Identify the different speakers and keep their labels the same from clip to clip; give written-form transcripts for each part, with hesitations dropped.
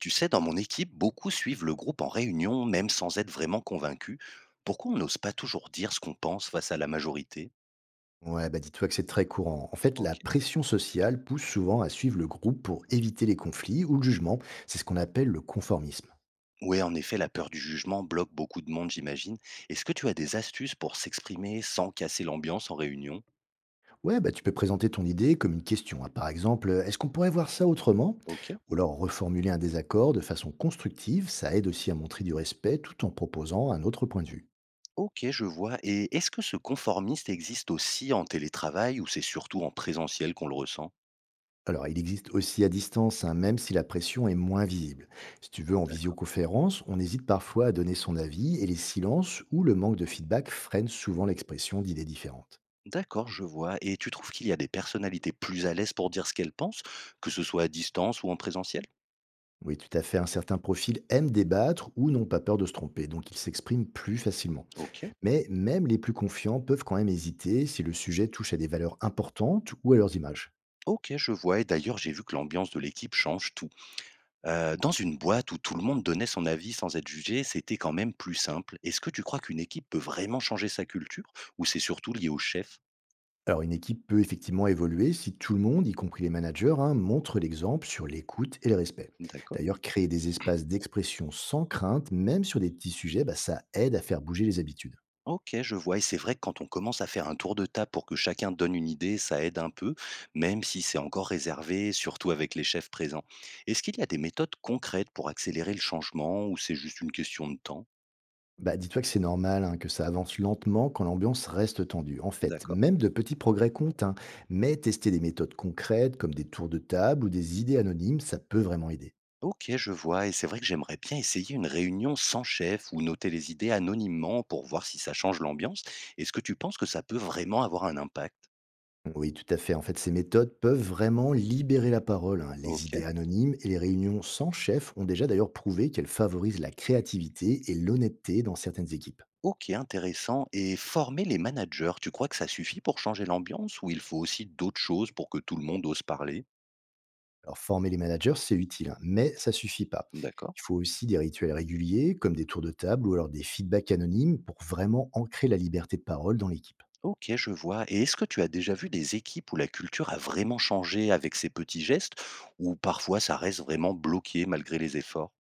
Speaker 1: Tu sais, dans mon équipe, beaucoup suivent le groupe en réunion, même sans être vraiment convaincus. Pourquoi on n'ose pas toujours dire ce qu'on pense face à la majorité?
Speaker 2: Ouais, bah dis-toi que c'est très courant. En fait,
Speaker 1: Ok.
Speaker 2: la pression sociale pousse souvent à suivre le groupe pour éviter les conflits ou le jugement. C'est ce qu'on appelle le conformisme.
Speaker 1: Oui, en effet, la peur du jugement bloque beaucoup de monde, j'imagine. Est-ce que tu as des astuces pour s'exprimer sans casser l'ambiance en réunion?
Speaker 2: Ouais, bah tu peux présenter ton idée comme une question, hein. Par exemple, est-ce qu'on pourrait voir ça autrement?
Speaker 1: Ok.
Speaker 2: Ou alors reformuler un désaccord de façon constructive, ça aide aussi à montrer du respect tout en proposant un autre point de vue.
Speaker 1: Ok, je vois. Et est-ce que ce conformiste existe aussi en télétravail ou c'est surtout en présentiel qu'on le ressent?
Speaker 2: Alors, il existe aussi à distance, hein, même si la pression est moins visible. Si tu veux, en
Speaker 1: D'accord.
Speaker 2: visioconférence, on hésite parfois à donner son avis et les silences ou le manque de feedback freinent souvent l'expression d'idées différentes.
Speaker 1: D'accord, je vois. Et tu trouves qu'il y a des personnalités plus à l'aise pour dire ce qu'elles pensent, que ce soit à distance ou en présentiel?
Speaker 2: Oui, tout à fait. Un certain profil aime débattre ou n'ont pas peur de se tromper, donc ils s'expriment plus facilement.
Speaker 1: Ok.
Speaker 2: Mais même les plus confiants peuvent quand même hésiter si le sujet touche à des valeurs importantes ou à leurs images.
Speaker 1: Ok, je vois. Et d'ailleurs, j'ai vu que l'ambiance de l'équipe change tout. Dans une boîte où tout le monde donnait son avis sans être jugé, c'était quand même plus simple. Est-ce que tu crois qu'une équipe peut vraiment changer sa culture ou c'est surtout lié au chef?
Speaker 2: Alors une équipe peut effectivement évoluer si tout le monde, y compris les managers, hein, montre l'exemple sur l'écoute et le respect.
Speaker 1: D'accord.
Speaker 2: D'ailleurs, créer des espaces d'expression sans crainte, même sur des petits sujets, bah, ça aide à faire bouger les habitudes.
Speaker 1: Ok, je vois. Et c'est vrai que quand on commence à faire un tour de table pour que chacun donne une idée, ça aide un peu, même si c'est encore réservé, surtout avec les chefs présents. Est-ce qu'il y a des méthodes concrètes pour accélérer le changement ou c'est juste une question de temps?
Speaker 2: Bah, dis-toi que c'est normal, hein, que ça avance lentement quand l'ambiance reste tendue. En fait,
Speaker 1: D'accord.
Speaker 2: même de petits progrès comptent, hein, mais tester des méthodes concrètes comme des tours de table ou des idées anonymes, ça peut vraiment aider.
Speaker 1: Ok, je vois, et c'est vrai que j'aimerais bien essayer une réunion sans chef ou noter les idées anonymement pour voir si ça change l'ambiance. Est-ce que tu penses que ça peut vraiment avoir un impact?
Speaker 2: Oui, tout à fait. En fait, ces méthodes peuvent vraiment libérer la parole, hein.
Speaker 1: Ok.
Speaker 2: Les idées anonymes et les réunions sans chef ont déjà d'ailleurs prouvé qu'elles favorisent la créativité et l'honnêteté dans certaines équipes.
Speaker 1: Ok, intéressant. Et former les managers, tu crois que ça suffit pour changer l'ambiance ou il faut aussi d'autres choses pour que tout le monde ose parler?
Speaker 2: Alors, former les managers, c'est utile, hein, mais ça suffit pas.
Speaker 1: D'accord.
Speaker 2: Il faut aussi des rituels réguliers, comme des tours de table ou alors des feedbacks anonymes pour vraiment ancrer la liberté de parole dans l'équipe.
Speaker 1: Ok, je vois. Et est-ce que tu as déjà vu des équipes où la culture a vraiment changé avec ces petits gestes ou parfois ça reste vraiment bloqué malgré les efforts?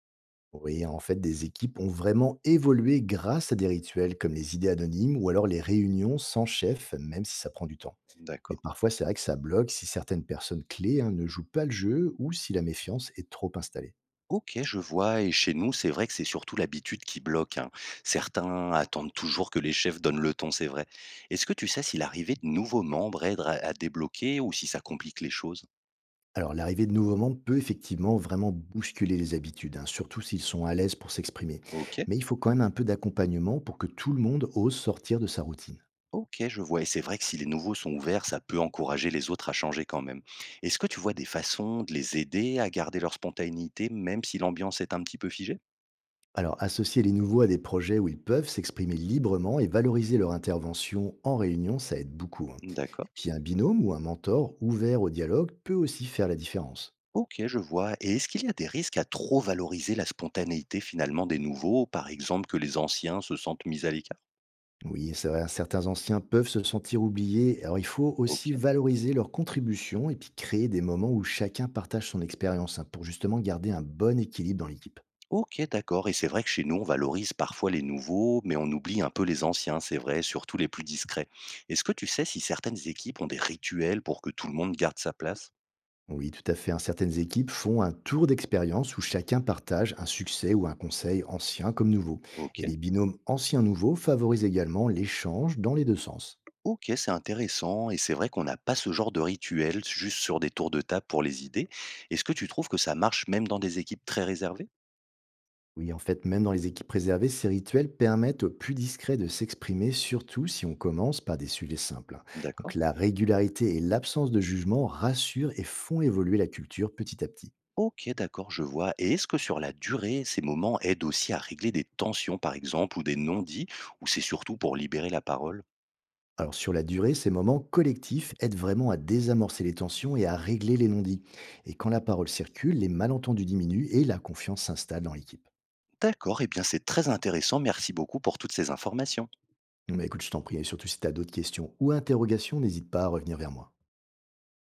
Speaker 2: Oui, en fait, des équipes ont vraiment évolué grâce à des rituels comme les idées anonymes ou alors les réunions sans chef, même si ça prend du temps. Mais
Speaker 1: D'accord.
Speaker 2: parfois, c'est vrai que ça bloque si certaines personnes clés, hein, ne jouent pas le jeu ou si la méfiance est trop installée.
Speaker 1: OK, je vois, et chez nous, c'est vrai que c'est surtout l'habitude qui bloque, hein. Certains attendent toujours que les chefs donnent le ton, c'est vrai. Est-ce que tu sais si l'arrivée de nouveaux membres aide à débloquer ou si ça complique les choses?
Speaker 2: Alors, l'arrivée de nouveaux membres peut effectivement vraiment bousculer les habitudes, hein, surtout s'ils sont à l'aise pour s'exprimer.
Speaker 1: OK,
Speaker 2: Mais il faut quand même un peu d'accompagnement pour que tout le monde ose sortir de sa routine.
Speaker 1: OK, je vois. Et c'est vrai que si les nouveaux sont ouverts, ça peut encourager les autres à changer quand même. Est-ce que tu vois des façons de les aider à garder leur spontanéité, même si l'ambiance est un petit peu figée?
Speaker 2: Alors, associer les nouveaux à des projets où ils peuvent s'exprimer librement et valoriser leur intervention en réunion, ça aide beaucoup, hein.
Speaker 1: D'accord.
Speaker 2: Et puis, un binôme ou un mentor ouvert au dialogue peut aussi faire la différence.
Speaker 1: Ok, je vois. Et est-ce qu'il y a des risques à trop valoriser la spontanéité finalement des nouveaux, par exemple que les anciens se sentent mis à l'écart?
Speaker 2: Oui, c'est vrai, certains anciens peuvent se sentir oubliés. Alors, il faut aussi
Speaker 1: OK.
Speaker 2: valoriser leurs contributions et puis créer des moments où chacun partage son expérience, hein, pour justement garder un bon équilibre dans l'équipe.
Speaker 1: OK, d'accord, et c'est vrai que chez nous, on valorise parfois les nouveaux, mais on oublie un peu les anciens, c'est vrai, surtout les plus discrets. Est-ce que tu sais si certaines équipes ont des rituels pour que tout le monde garde sa place?
Speaker 2: Oui, tout à fait, hein. Certaines équipes font un tour d'expérience où chacun partage un succès ou un conseil ancien comme nouveau. Et
Speaker 1: OK.
Speaker 2: les binômes anciens-nouveaux favorisent également l'échange dans les deux sens.
Speaker 1: OK, c'est intéressant, et c'est vrai qu'on n'a pas ce genre de rituel juste sur des tours de table pour les idées. Est-ce que tu trouves que ça marche même dans des équipes très réservées?
Speaker 2: Oui, en fait, même dans les équipes réservées, ces rituels permettent aux plus discrets de s'exprimer, surtout si on commence par des sujets simples, hein. Donc
Speaker 1: D'accord.
Speaker 2: la régularité et l'absence de jugement rassurent et font évoluer la culture petit à petit.
Speaker 1: OK, d'accord, je vois. Et est-ce que sur la durée, ces moments aident aussi à régler des tensions, par exemple, ou des non-dits, ou c'est surtout pour libérer la parole?
Speaker 2: Alors sur la durée, ces moments collectifs aident vraiment à désamorcer les tensions et à régler les non-dits. Et quand la parole circule, les malentendus diminuent et la confiance s'installe dans l'équipe.
Speaker 1: D'accord, eh bien c'est très intéressant. Merci beaucoup pour toutes ces informations.
Speaker 2: Mais écoute, je t'en prie, et surtout si tu as d'autres questions ou interrogations, n'hésite pas à revenir vers moi.